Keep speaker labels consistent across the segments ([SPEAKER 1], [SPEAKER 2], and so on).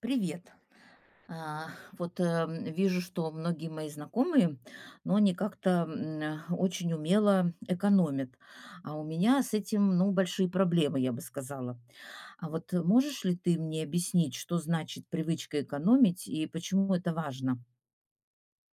[SPEAKER 1] Привет. А, Вот вижу, что многие мои знакомые, но они как-то очень умело экономят. А у меня с этим, ну, большие проблемы, я бы сказала. А вот можешь ли ты мне объяснить, что значит привычка экономить и почему это важно?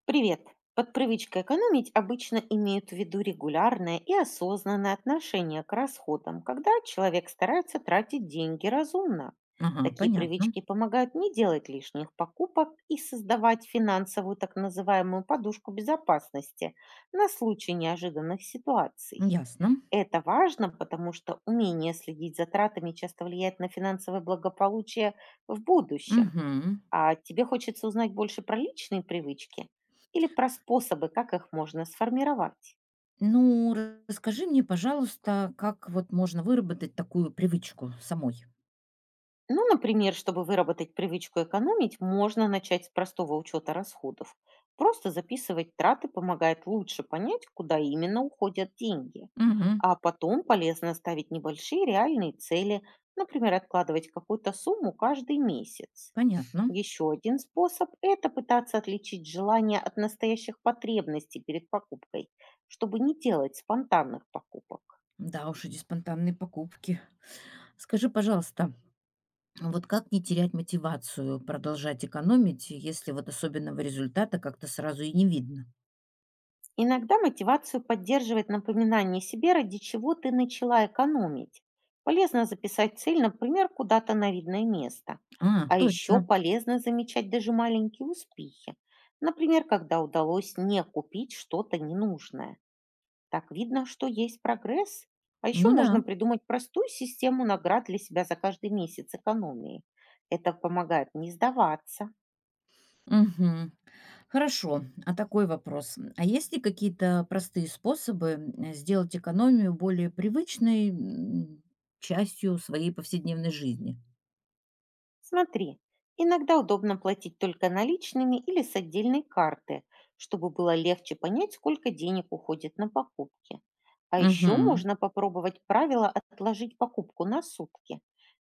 [SPEAKER 2] Привет! Под привычкой экономить обычно имеют в виду регулярное и осознанное отношение к расходам, когда человек старается тратить деньги разумно.
[SPEAKER 1] Ага,
[SPEAKER 2] Такие
[SPEAKER 1] понятно.
[SPEAKER 2] привычки помогают не делать лишних покупок и создавать финансовую так называемую подушку безопасности на случай неожиданных ситуаций.
[SPEAKER 1] Ясно.
[SPEAKER 2] Это важно, потому что умение следить за тратами часто влияет на финансовое благополучие в будущем.
[SPEAKER 1] Мгм.
[SPEAKER 2] А тебе хочется узнать больше про личные привычки или про способы, как их можно сформировать?
[SPEAKER 1] Ну, расскажи мне, пожалуйста, как вот можно выработать такую привычку самой?
[SPEAKER 2] Ну, например, чтобы выработать привычку экономить, можно начать с простого учета расходов. Просто записывать траты помогает лучше понять, куда именно уходят деньги.
[SPEAKER 1] Угу,
[SPEAKER 2] А потом полезно ставить небольшие реальные цели, например, откладывать какую-то сумму каждый месяц.
[SPEAKER 1] понятно.
[SPEAKER 2] Еще один способ– это пытаться отличить желания от настоящих потребностей перед покупкой, чтобы не делать спонтанных покупок.
[SPEAKER 1] Да уж, эти спонтанные покупки. Скажи, пожалуйста, вот как не терять мотивацию продолжать экономить, если вот особенного результата как-то сразу и не видно?
[SPEAKER 2] Иногда мотивацию поддерживает напоминание себе, ради чего ты начала экономить. Полезно записать цель, например, куда-то на видное место.
[SPEAKER 1] А,
[SPEAKER 2] А еще
[SPEAKER 1] точно.
[SPEAKER 2] полезно замечать даже маленькие успехи. Например, когда удалось не купить что-то ненужное. Так видно, что есть прогресс. А
[SPEAKER 1] Ну
[SPEAKER 2] еще
[SPEAKER 1] да.
[SPEAKER 2] можно придумать простую систему наград для себя за каждый месяц экономии. Это помогает не сдаваться.
[SPEAKER 1] Мгм. Хорошо. А такой вопрос. А есть ли какие-то простые способы сделать экономию более привычной частью своей повседневной жизни?
[SPEAKER 2] Смотри, иногда удобно платить только наличными или с отдельной карты, чтобы было легче понять, сколько денег уходит на покупки. А еще
[SPEAKER 1] Угу.
[SPEAKER 2] можно попробовать правило отложить покупку на сутки.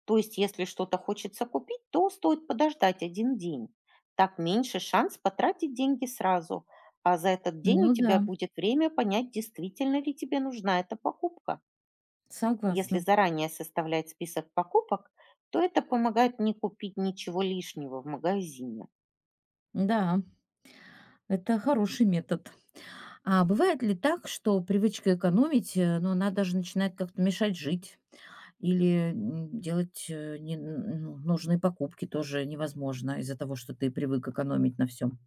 [SPEAKER 2] То есть, если что-то хочется купить, то стоит подождать один день. Так меньше шанс потратить деньги сразу, а за этот день у
[SPEAKER 1] Ну да,
[SPEAKER 2] тебя будет время понять, действительно ли тебе нужна эта покупка. Если
[SPEAKER 1] согласна.
[SPEAKER 2] заранее составлять список покупок, то это помогает не купить ничего лишнего в магазине.
[SPEAKER 1] Да, это хороший метод. А бывает ли так, что привычка экономить, но она даже начинает как-то мешать жить или делать ну, нужные покупки тоже невозможно из-за того, что ты привык экономить на всем?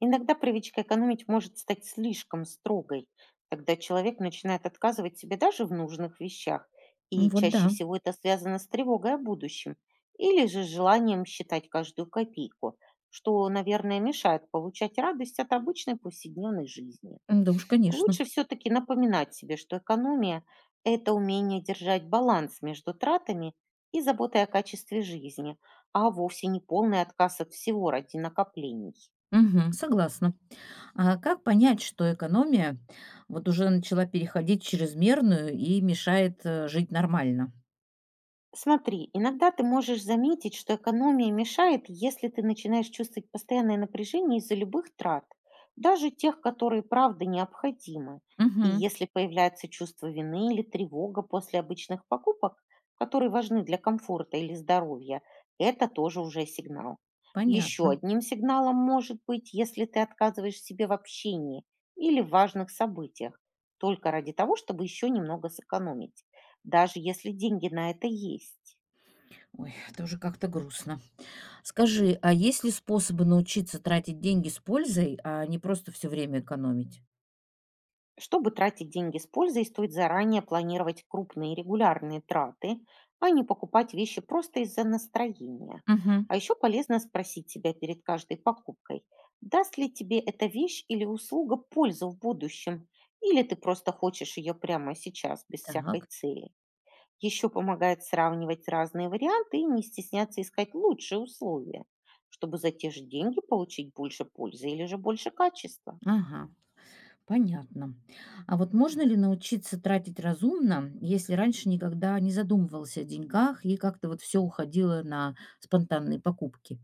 [SPEAKER 2] Иногда привычка экономить может стать слишком строгой. Тогда человек начинает отказывать себе даже в нужных вещах. И
[SPEAKER 1] Вот
[SPEAKER 2] чаще
[SPEAKER 1] да.
[SPEAKER 2] всего это связано с тревогой о будущем или же с желанием считать каждую копейку, что, наверное, мешает получать радость от обычной повседневной жизни.
[SPEAKER 1] М, да уж, конечно.
[SPEAKER 2] Лучше все-таки напоминать себе, что экономия– это умение держать баланс между тратами и заботой о качестве жизни, а вовсе не полный отказ от всего ради накоплений.
[SPEAKER 1] Мгм, согласна. А как понять, что экономия вот уже начала переходить в чрезмерную и мешает жить нормально?
[SPEAKER 2] Смотри, иногда ты можешь заметить, что экономия мешает, если ты начинаешь чувствовать постоянное напряжение из-за любых трат, даже тех, которые правда необходимы. И
[SPEAKER 1] Мгм,
[SPEAKER 2] если появляется чувство вины или тревога после обычных покупок, которые важны для комфорта или здоровья, это тоже уже сигнал. Еще
[SPEAKER 1] понятно.
[SPEAKER 2] одним сигналом может быть, если ты отказываешь себе в общении или в важных событиях, только ради того, чтобы еще немного сэкономить, даже если деньги на это есть.
[SPEAKER 1] Ой, это уже как-то грустно. Скажи, а есть ли способы научиться тратить деньги с пользой, а не просто все время экономить?
[SPEAKER 2] Чтобы тратить деньги с пользой, стоит заранее планировать крупные регулярные траты, а не покупать вещи просто из-за настроения.
[SPEAKER 1] Мгм.
[SPEAKER 2] А еще полезно спросить себя перед каждой покупкой, даст ли тебе эта вещь или услуга пользу в будущем, или ты просто хочешь ее прямо сейчас, без всякой
[SPEAKER 1] Так.
[SPEAKER 2] цели. Еще помогает сравнивать разные варианты и не стесняться искать лучшие условия, чтобы за те же деньги получить больше пользы или же больше качества.
[SPEAKER 1] Ага, понятно. А вот можно ли научиться тратить разумно, если раньше никогда не задумывался о деньгах и как-то вот все уходило на спонтанные покупки?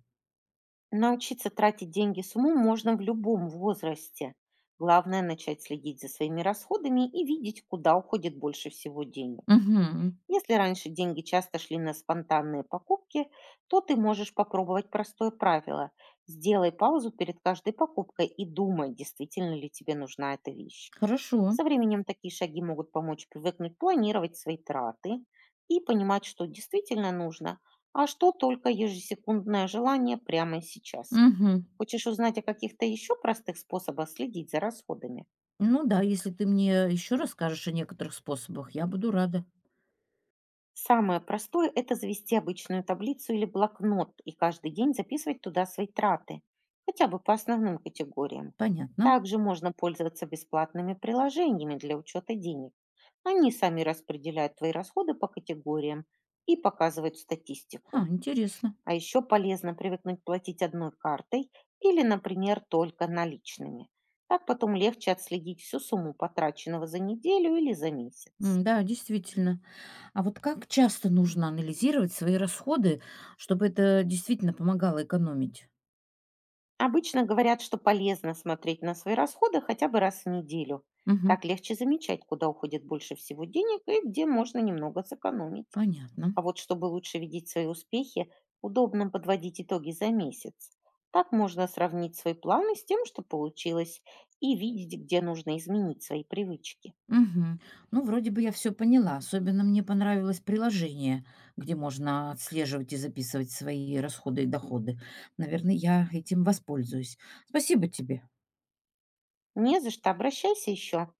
[SPEAKER 2] Научиться тратить деньги с умом можно в любом возрасте. Главное– начать следить за своими расходами и видеть, куда уходит больше всего денег.
[SPEAKER 1] Мгм.
[SPEAKER 2] Если раньше деньги часто шли на спонтанные покупки, то ты можешь попробовать простое правило. Сделай паузу перед каждой покупкой и думай, действительно ли тебе нужна эта вещь.
[SPEAKER 1] Хорошо.
[SPEAKER 2] Со временем такие шаги могут помочь привыкнуть планировать свои траты и понимать, что действительно нужно, а что только ежесекундное желание прямо сейчас.
[SPEAKER 1] Мгм.
[SPEAKER 2] Хочешь узнать о каких-то еще простых способах следить за расходами?
[SPEAKER 1] Ну да, если ты мне еще расскажешь о некоторых способах, я буду рада.
[SPEAKER 2] Самое простое– это завести обычную таблицу или блокнот и каждый день записывать туда свои траты, хотя бы по основным категориям.
[SPEAKER 1] Понятно.
[SPEAKER 2] Также можно пользоваться бесплатными приложениями для учета денег. Они сами распределяют твои расходы по категориям и показывают статистику.
[SPEAKER 1] А, интересно.
[SPEAKER 2] А еще полезно привыкнуть платить одной картой или, например, только наличными. Так потом легче отследить всю сумму потраченного за неделю или за месяц.
[SPEAKER 1] М, да, действительно. А вот как часто нужно анализировать свои расходы, чтобы это действительно помогало экономить?
[SPEAKER 2] Обычно говорят, что полезно смотреть на свои расходы хотя бы раз в неделю.
[SPEAKER 1] Мгм.
[SPEAKER 2] Так легче замечать, куда уходит больше всего денег и где можно немного сэкономить.
[SPEAKER 1] Понятно.
[SPEAKER 2] А вот чтобы лучше видеть свои успехи, удобно подводить итоги за месяц. Так можно сравнить свои планы с тем, что получилось, и видеть, где нужно изменить свои привычки.
[SPEAKER 1] Мгм. Ну, вроде бы я все поняла. Особенно мне понравилось приложение, где можно отслеживать и записывать свои расходы и доходы. Наверное, я этим воспользуюсь. Спасибо тебе.
[SPEAKER 2] Не за что, обращайся еще.